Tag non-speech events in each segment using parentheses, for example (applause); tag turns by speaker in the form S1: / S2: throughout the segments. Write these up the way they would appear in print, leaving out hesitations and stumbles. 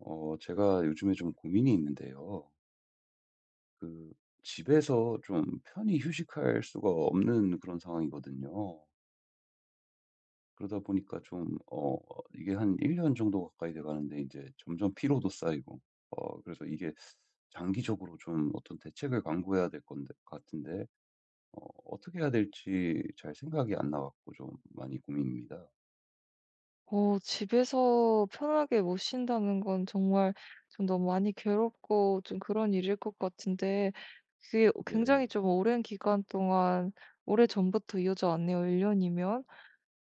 S1: 제가 요즘에 좀 고민이 있는데요. 그, 집에서 좀 편히 휴식할 수가 없는 그런 상황이거든요. 그러다 보니까 좀, 이게 한 1년 정도 가까이 돼 가는데 이제 점점 피로도 쌓이고, 그래서 이게 장기적으로 좀 어떤 대책을 강구해야 될 같은데, 어, 어떻게 해야 될지 잘 생각이 안 나갖고 좀 많이 고민입니다.
S2: 집에서 편하게 못 쉰다는 건 정말 좀 너무 많이 괴롭고 좀 그런 일일 것 같은데, 그게
S1: 네,
S2: 굉장히 좀 오랜 기간 동안 오래전부터 이어져 왔네요, 1년이면.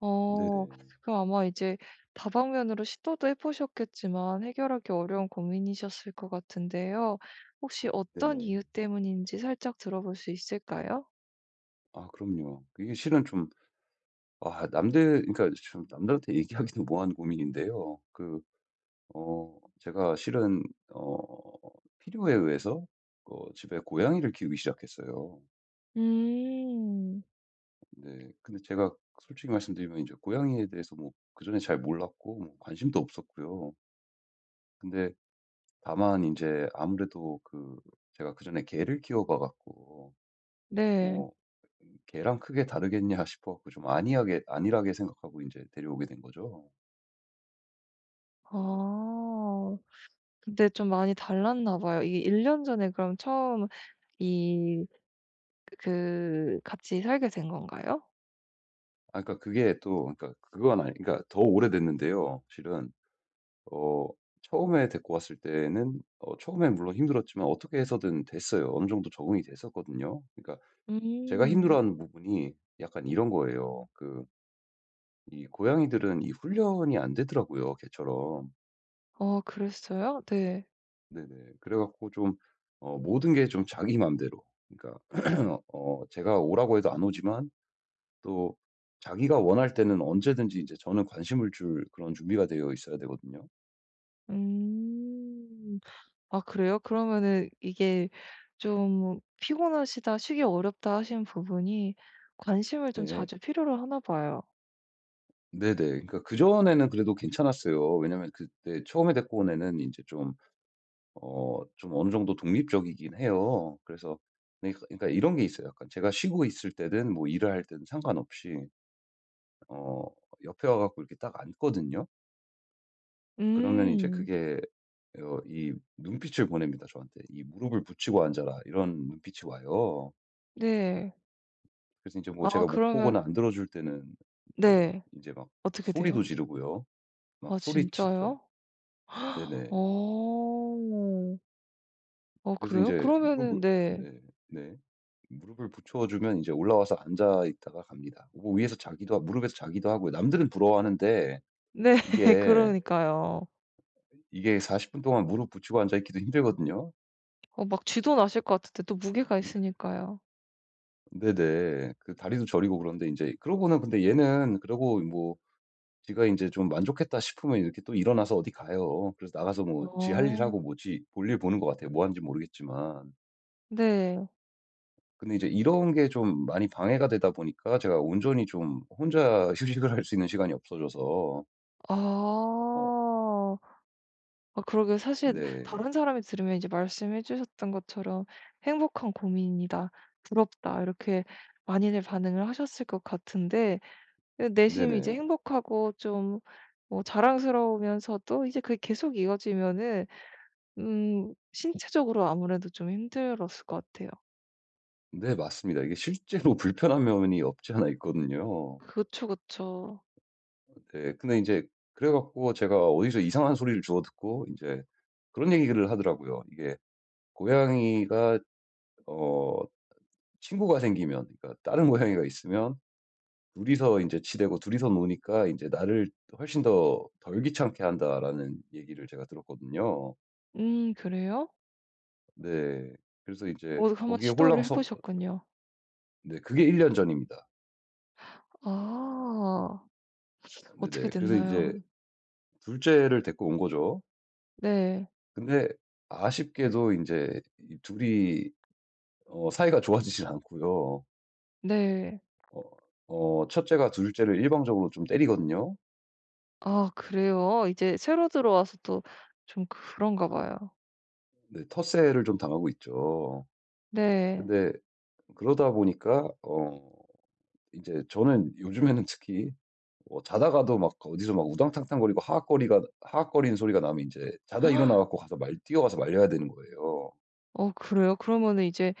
S2: 어.
S1: 네네,
S2: 그럼 아마 이제 다방면으로 시도도 해 보셨겠지만 해결하기 어려운 고민이셨을 것 같은데요. 혹시 어떤
S1: 네네.
S2: 이유 때문인지 살짝 들어볼 수 있을까요?
S1: 아, 그럼요. 이게 실은 좀 아 남들 그러니까 좀 남들한테 얘기하기도 뭐한 고민인데요. 제가 실은 어 필요에 의해서 집에 고양이를 키우기 시작했어요.
S2: 음.
S1: 네. 근데 제가 솔직히 말씀드리면 이제 고양이에 대해서 뭐 그전에 잘 몰랐고 뭐 관심도 없었고요. 근데 다만 이제 아무래도 제가 그전에 개를 키워 봐 갖고
S2: 네.
S1: 뭐 '개랑 크게 다르겠냐.' 싶어 갖고 좀 안이하게 안일하게 생각하고 이제 데려오게 된 거죠.
S2: 아. 근데 좀 많이 달랐나 봐요. 이게 1년 전에 그럼 처음 이 그 같이 살게 된 건가요?
S1: 그러니까 그게 또 그러니까 그건 아니 그러니까 더 오래됐는데요. 실은 어 처음에 데리고 왔을 때는 처음엔 물론 힘들었지만 어떻게 해서든 됐어요. 어느 정도 적응이 됐었거든요. 그러니까 제가
S2: 음.
S1: 힘들어하는 부분이 약간 이런 거예요. 이 고양이들은 이 훈련이 안 되더라고요, 개처럼.
S2: 아 그랬어요? 네.
S1: 네네. 그래 갖고 좀 모든 게 좀 자기 맘대로 그러니까 (clears throat) 제가 오라고 해도 안 오지만 또 자기가 원할 때는 언제든지 이제 저는 관심을 줄 그런 준비가 되어 있어야 되거든요.
S2: 음. 아 그래요? 그러면은 이게 좀 피곤하시다, 쉬기 어렵다 하신 부분이 관심을 좀
S1: 네.
S2: 자주 필요로 하나 봐요.
S1: 네네. 그러니까 그전에는 그래도 괜찮았어요. 왜냐면 그때 처음에 데리고 온 애는 인제 좀 어느 정도 독립적이긴 해요. 그래서 네, 그러니까 이런 게 있어요. 약간 제가 쉬고 있을 때든 뭐 일을 할 때든 상관없이 어 옆에 와 갖고 이렇게 딱 앉거든요. 그러면 인제
S2: 음.
S1: 그게 이 눈빛을 보냅니다 저한테. "이 무릎을 붙이고 앉아라." 이런 눈빛이 와요.
S2: 네.
S1: 그래서 인제 뭐
S2: 아
S1: 제가 못
S2: 그러면
S1: 보거나 안 들어줄 때는, 네네,
S2: 네.
S1: 인제 막
S2: 어떻게
S1: 소리도
S2: 돼요?
S1: 지르고요. 막
S2: 아
S1: 소리치죠.
S2: 진짜요?
S1: 네네.
S2: 어. 어
S1: 그래서
S2: 그래요?
S1: 인제 무릎을
S2: 그러면은 네.
S1: 네. 네. 무릎을 붙여 주면 이제 올라와서 앉아 있다가 갑니다. 뭐 위에서 자기도 하 무릎에서 자기도 하고요. 남들은 부러워하는데
S2: 네. (laughs)
S1: 이게,
S2: 그러니까요.
S1: 이게 40분 동안 무릎 붙이고 앉아 있기도 힘들거든요.
S2: 어 막 쥐도 나실 것 같은데 또 무게가
S1: (laughs) 예.
S2: 있으니까요.
S1: 네네. 그 다리도 저리고 그런데 인제 그러고는 근데 얘는 그러고 뭐 지가 인제 좀 만족했다 싶으면 이렇게 또 일어나서 어디 가요. 그래서 나가서 뭐 지 할 일
S2: 어.
S1: 하고 뭐지 볼일 보는 것 같아요, 뭐 하는지 모르겠지만.
S2: 네.
S1: 근데 이제 이런 게 좀 많이 방해가 되다 보니까 제가 온전히 좀 혼자 (laughs) 휴식을 할 수 있는 시간이 없어져서 어
S2: 아. 아 그러게 사실
S1: 네.
S2: 다른 사람이 들으면 이제 말씀해 주셨던 것처럼 "행복한 고민이다. 부럽다." 이렇게 많이들 반응을 하셨을 것 같은데, 예 내심이 이제
S1: 네네.
S2: 행복하고 좀 뭐 자랑스러우면서도 이제 그게 계속 이어지면은 신체적으로 아무래도 좀 힘들었을 것 같아요.
S1: 네, 맞습니다. 이게 실제로 (laughs) 불편한 면이 없지 않아 있거든요.
S2: 그쵸, 그쵸.
S1: 네. 근데 인제 그래 갖고 제가 어디서 이상한 소리를 주워 듣고 인제 그런 얘기를 하더라고요. 이게 고양이가 어 친구가 생기면 그러니까 다른 고양이가 있으면 둘이서 이제 치대고 둘이서 노니까 이제 "나를 훨씬 더 덜 귀찮게 한다."라는 얘기를 제가 들었거든요.
S2: 그래요?
S1: 네. 그래서 이제
S2: 어 한번
S1: 거기에 홀랑
S2: 시도를 해
S1: 속
S2: 보셨군요.
S1: 네, 그게 1년 전입니다.
S2: 아. 어떻게
S1: 네네. 그래서 이제
S2: 됐나요?
S1: 둘 째를 데리고 온 거죠.
S2: 네.
S1: 근데 아쉽게도 이제 이 둘이 사이가 좋아지질 않고요.
S2: 네.
S1: 어어 째가 둘 째를 일방적으로 좀 때리거든요.
S2: 아 그래요? 이제 새로 들어와서 또 좀 그런가 봐요.
S1: 네. 텃세를 좀 당하고 있죠.
S2: 네.
S1: 근데 그러다 보니까 이제 저는 요즘에는 특히 자다가도 막 어디서 막 우당탕탕거리고 하악거리가 하악거리는 소리가 나면 이제 자다 일어나 갖고 가서 말 뛰어가서 말려야 되는 거예요.
S2: 어 그래요? 그러면은 이제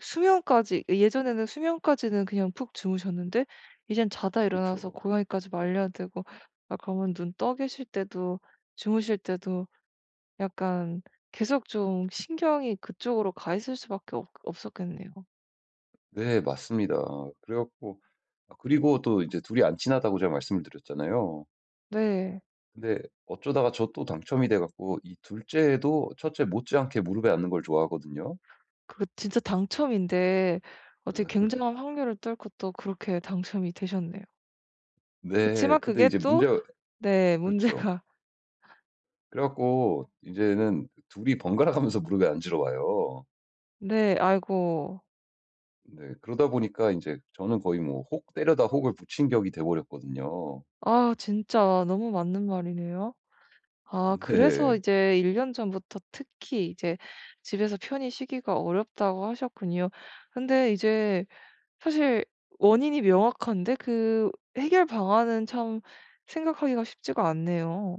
S2: 수면까지, 예전에는 수면까지는 그냥 푹 주무셨는데 이젠 자다 일어나서
S1: 그쵸.
S2: 고양이까지 말려야 되고. 아 그러면 눈 떠 계실 때도 주무실 때도 약간 계속 좀 신경이 그쪽으로 가 있을 수밖에 없 없었겠네요.
S1: 네, 맞습니다. 그래 갖고 그리고 또 이제 둘이 안 친하다고 제가 말씀을 드렸잖아요.
S2: 네.
S1: 근데 어쩌다가 저 또 당첨이 돼 갖고 이 둘째도 첫째 못지않게 무릎에 앉는 걸 좋아하거든요.
S2: 그 진짜 당첨인데, 어떻게 굉장한 확률을 뚫고 또 그렇게 당첨이 되셨네요.
S1: 네.
S2: 그치만
S1: 근데
S2: 그게
S1: 이제
S2: 또,
S1: 문제가
S2: 네
S1: 그쵸.
S2: 문제가. (laughs)
S1: 그래 갖고 이제는 둘이 번갈아 가면서 무릎에 앉으러 와요.
S2: 네 아이고.
S1: 네. 그러다 보니까 이제 저는 거의 뭐 혹 때려다 혹을 붙인 격이 돼 버렸거든요.
S2: 아 진짜 너무 맞는 말이네요. 아 그래서
S1: 네.
S2: 이제 1년 전부터 특히 이제 집에서 편히 쉬기가 어렵다고 하셨군요. 근데 이제 사실 원인이 명확한데 그 해결 방안은 참 생각하기가 쉽지가 않네요.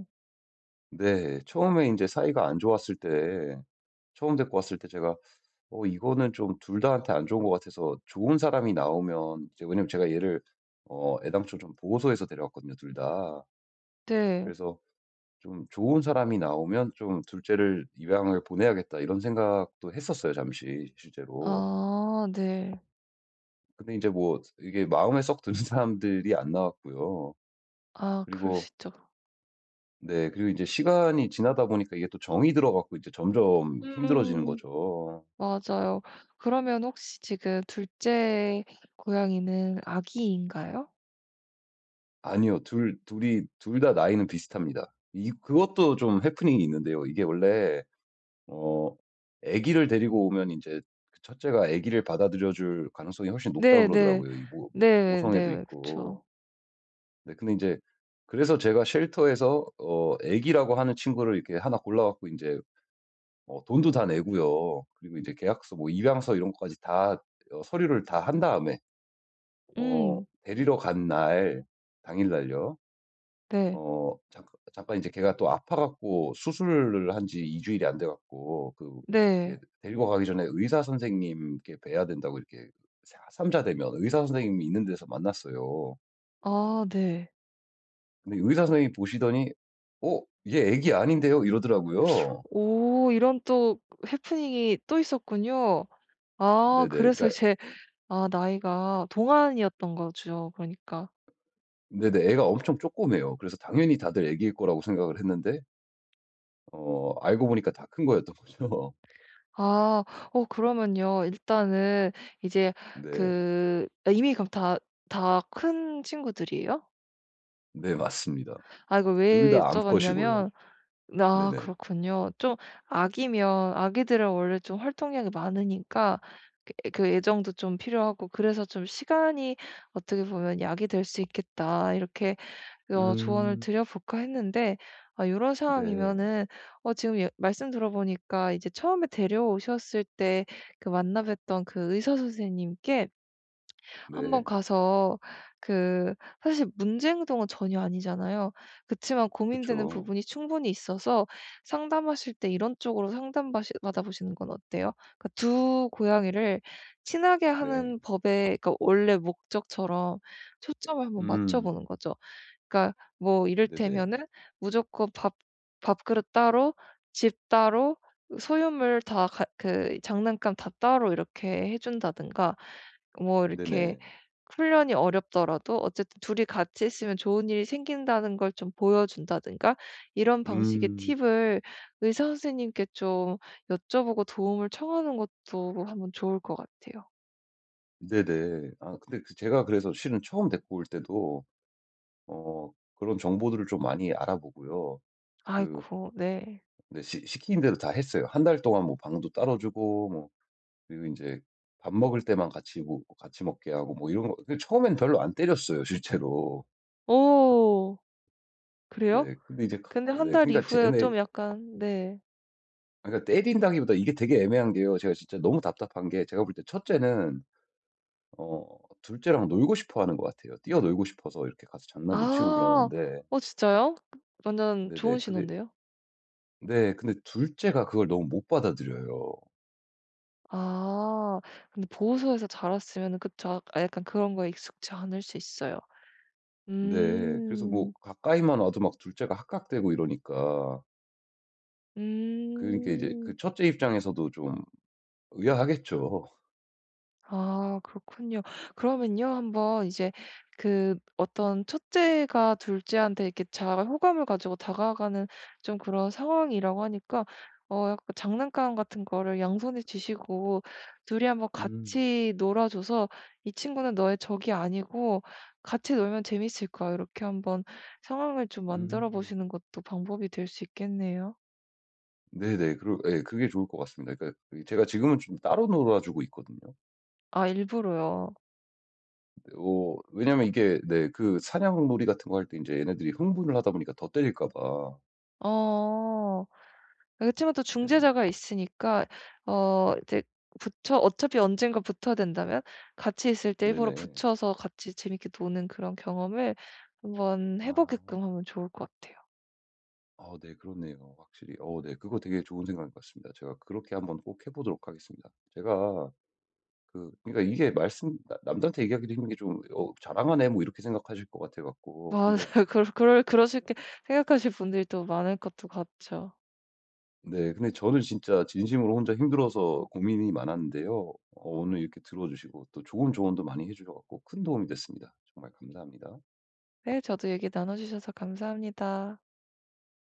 S1: 네. 처음에 이제 사이가 안 좋았을 때 처음 데리고 왔을 때 제가 이거는 좀 둘 다한테 안 좋은 것 같아서 좋은 사람이 나오면 이제 왜냐면 제가 얘를 애당초 좀 보호소에서 데려왔거든요, 둘 다.
S2: 네.
S1: 그래서 좀 '좋은 사람이 나오면 좀 둘째를 입양을 보내야겠다.' 이런 생각도 했었어요, 잠시 실제로.
S2: 아 네.
S1: 근데 이제 뭐 이게 마음에 썩 드는 (laughs) 사람들이 안 나왔고요.
S2: 아 그럴 수
S1: 그리고,
S2: 있죠.
S1: 네, 그리고 이제 시간이 지나다 보니까 이게 또 정이 들어 갖고 이제 점점 힘들어지는
S2: 음.
S1: 거죠.
S2: 맞아요. 그러면 혹시 지금 둘째 고양이는 아기인가요?
S1: 아니요. 둘 둘이 둘 다 나이는 비슷합니다. 이 그것도 좀 해프닝이 있는데요. 이게 원래 어 아기를 데리고 오면 이제 그 첫째가 아기를 받아들여 줄 가능성이 훨씬 높다
S2: 네네.
S1: 그러더라고요, 이 모 모 모성애도
S2: 네네.
S1: 있고.
S2: 그쵸.
S1: 네, 근데 이제 그래서 제가 쉘터에서 아기라고 하는 친구를 이렇게 하나 골라 갖고 이제 돈도 다 내고요. 그리고 이제 계약서 뭐 입양서 이런 것까지 다 서류를 다 한 다음에
S2: 음.
S1: 데리러 간 날 당일 날요.
S2: 네.
S1: 잠깐 이제 걔가 또 아파 갖고 수술을 한 지 2주일 주일이 안 돼 갖고 이게
S2: 네.
S1: 데리고 가기 전에 의사 선생님께 뵈야 된다고 이렇게 사 3자되면 의사 선생님이 있는 데서 만났어요.
S2: 아 네.
S1: 근데 의사 선생님이 보시더니 "어 얘 애기 아닌데요?" 이러더라고요.
S2: 오 이런, 또 해프닝이 또 있었군요. 아
S1: 네네.
S2: 그래서
S1: 그러니까
S2: 이제 아 나이가 동안이었던 거죠 그러니까.
S1: 네네. 애가 엄청 쪼꼬매요. 그래서 당연히 다들 애기일 거라고 생각을 했는데 알고 보니까 다 큰 거였던 거죠.
S2: 아. 어 그러면요. 일단은 이제
S1: (laughs) 네.
S2: 그 이미 그럼 다 큰 친구들이에요?
S1: 네, 맞습니다.
S2: 아 이걸
S1: 둘
S2: 왜
S1: 다 암컷이고요.
S2: 여쭤봤냐면, 아
S1: 네네.
S2: 그렇군요. 좀 아기면, 아기들은 원래 좀 활동량이 많으니까 그 애정도 좀 필요하고, 그래서 좀 "시간이 어떻게 보면 약이 될 수 있겠다." 이렇게 조언을
S1: 음.
S2: 드려 볼까 했는데 아 요런
S1: 네.
S2: 상황이면은, 지금 예 말씀 들어보니까 이제 처음에 데려오셨을 때 그 만나 뵀던 그 의사 선생님께 한 번
S1: 네.
S2: 가서 그 사실 문제 행동은 전혀 아니잖아요. 그치만 고민되는
S1: 그쵸.
S2: 부분이 충분히 있어서 상담하실 때 이런 쪽으로 상담 받시 받아 보시는 건 어때요? 그러니까 두 고양이를 친하게
S1: 네.
S2: 하는 법의, 그러니까 원래 목적처럼 초점을 한번 맞춰
S1: 음.
S2: 보는 거죠. 그러니까 뭐
S1: 네네.
S2: 이를테면은 무조건 밥 밥그릇 따로, 집 따로, 소유물 다 그 장난감 다 따로 이렇게 해 준다든가 뭐 이렇게,
S1: 네네.
S2: 훈련이 어렵더라도 어쨌든 둘이 같이 있으면 좋은 일이 생긴다는 걸 좀 보여준다든가 이런 방식의
S1: 음.
S2: 팁을 의사 선생님께 좀 여쭤보고 도움을 청하는 것도 한번 좋을 것 같아요.
S1: 네네. 근데 제가 그래서 실은 처음 데리고 올 때도 그런 정보들을 좀 많이 알아보고요. 그
S2: 아이고 네.
S1: 네, 시 시키는 대로 다 했어요. 한달 동안 뭐 방도 따로 주고 뭐 그리고 이제 밥 먹을 때만 같이 뭐 같이 먹게 하고 뭐 이런 거 근데 처음엔 별로 안 때렸어요 실제로.
S2: 오. 그래요?
S1: 네. 근데 이제
S2: 근데 한
S1: 네,
S2: 달
S1: 그러니까
S2: 이후에
S1: 쟤네
S2: 좀 약간 네.
S1: 그러니까 때린다기보다 이게 되게 애매한 게요. 제가 진짜 너무 답답한 게 제가 볼 때 첫째는 어 둘째랑 놀고 싶어 하는 것 같아요. 뛰어놀고 싶어서 이렇게 가서 장난도 치고
S2: 아.
S1: 그러는데
S2: 어 진짜요? 완전 좋은
S1: 네네. 근데,
S2: 신호인데요.
S1: 네, 근데 둘째가 그걸 너무 못 받아들여요.
S2: 아. 근데 보호소에서 자랐으면 그쵸. 아 약간 그런 거에 익숙지 않을 수 있어요.
S1: 네. 그래서 뭐
S2: 음.
S1: 가까이만 와도 막 둘째가 합각되고 이러니까 그러니까 이제
S2: 음.
S1: 첫째 입장에서도 좀 의아하겠죠.
S2: 아 그렇군요. 그러면요 한번 이제 그 어떤, 첫째가 둘째한테 이렇게 잘 호감을 가지고 다가가는 좀 그런 상황이라고 하니까 약간 장난감 같은 거를 양손에 쥐시고 둘이 한번
S1: 음.
S2: 같이 놀아줘서 "이 친구는 너의 적이 아니고 같이 놀면 재밌을 거야." 이렇게 한번 상황을 좀 만들어
S1: 음.
S2: 보시는 것도 방법이 될 수 있겠네요.
S1: 네네. 그러 예, 그게 좋을 것 같습니다. 그러니까 제가 지금은 좀 따로 놀아 주고 있거든요.
S2: 아 일부러요.
S1: 왜냐면 이게 네, 사냥놀이 같은 거 할 때 이제 얘네들이 흥분을 하다 보니까 더 때릴까 봐.
S2: 어. 그렇지만 또
S1: 네네.
S2: 중재자가 있으니까 이제 붙여 어차피 언젠가 붙어야 된다면 같이 있을 때 일부러
S1: 네네.
S2: 붙여서 같이 재밌게 노는 그런 경험을 한번 해
S1: 아.
S2: 보게끔 하면 좋을 것 같아요.
S1: 네, 그렇네요. 확실히. 네, 그거 되게 좋은 생각인 것 같습니다. 제가 그렇게 한번 꼭 해 보도록 하겠습니다. 제가 그러니까 이게 말씀 나 남들한테 얘기하기도 힘든 게 좀 '어 자랑하네.' 뭐 이렇게 생각하실 것 같아
S2: (laughs)
S1: 갖고 근데
S2: 맞아요. 그러실게 생각하실 분들이 또 많을 것도 같죠.
S1: 네. 근데 저는 진짜 진심으로 혼자 힘들어서 고민이 많았는데요. 오늘 이렇게 들어주시고 또 좋은 조언도 많이 해 주셔 갖고 큰 도움이 됐습니다. 정말 감사합니다.
S2: 네 저도 얘기 나눠 주셔서 감사합니다.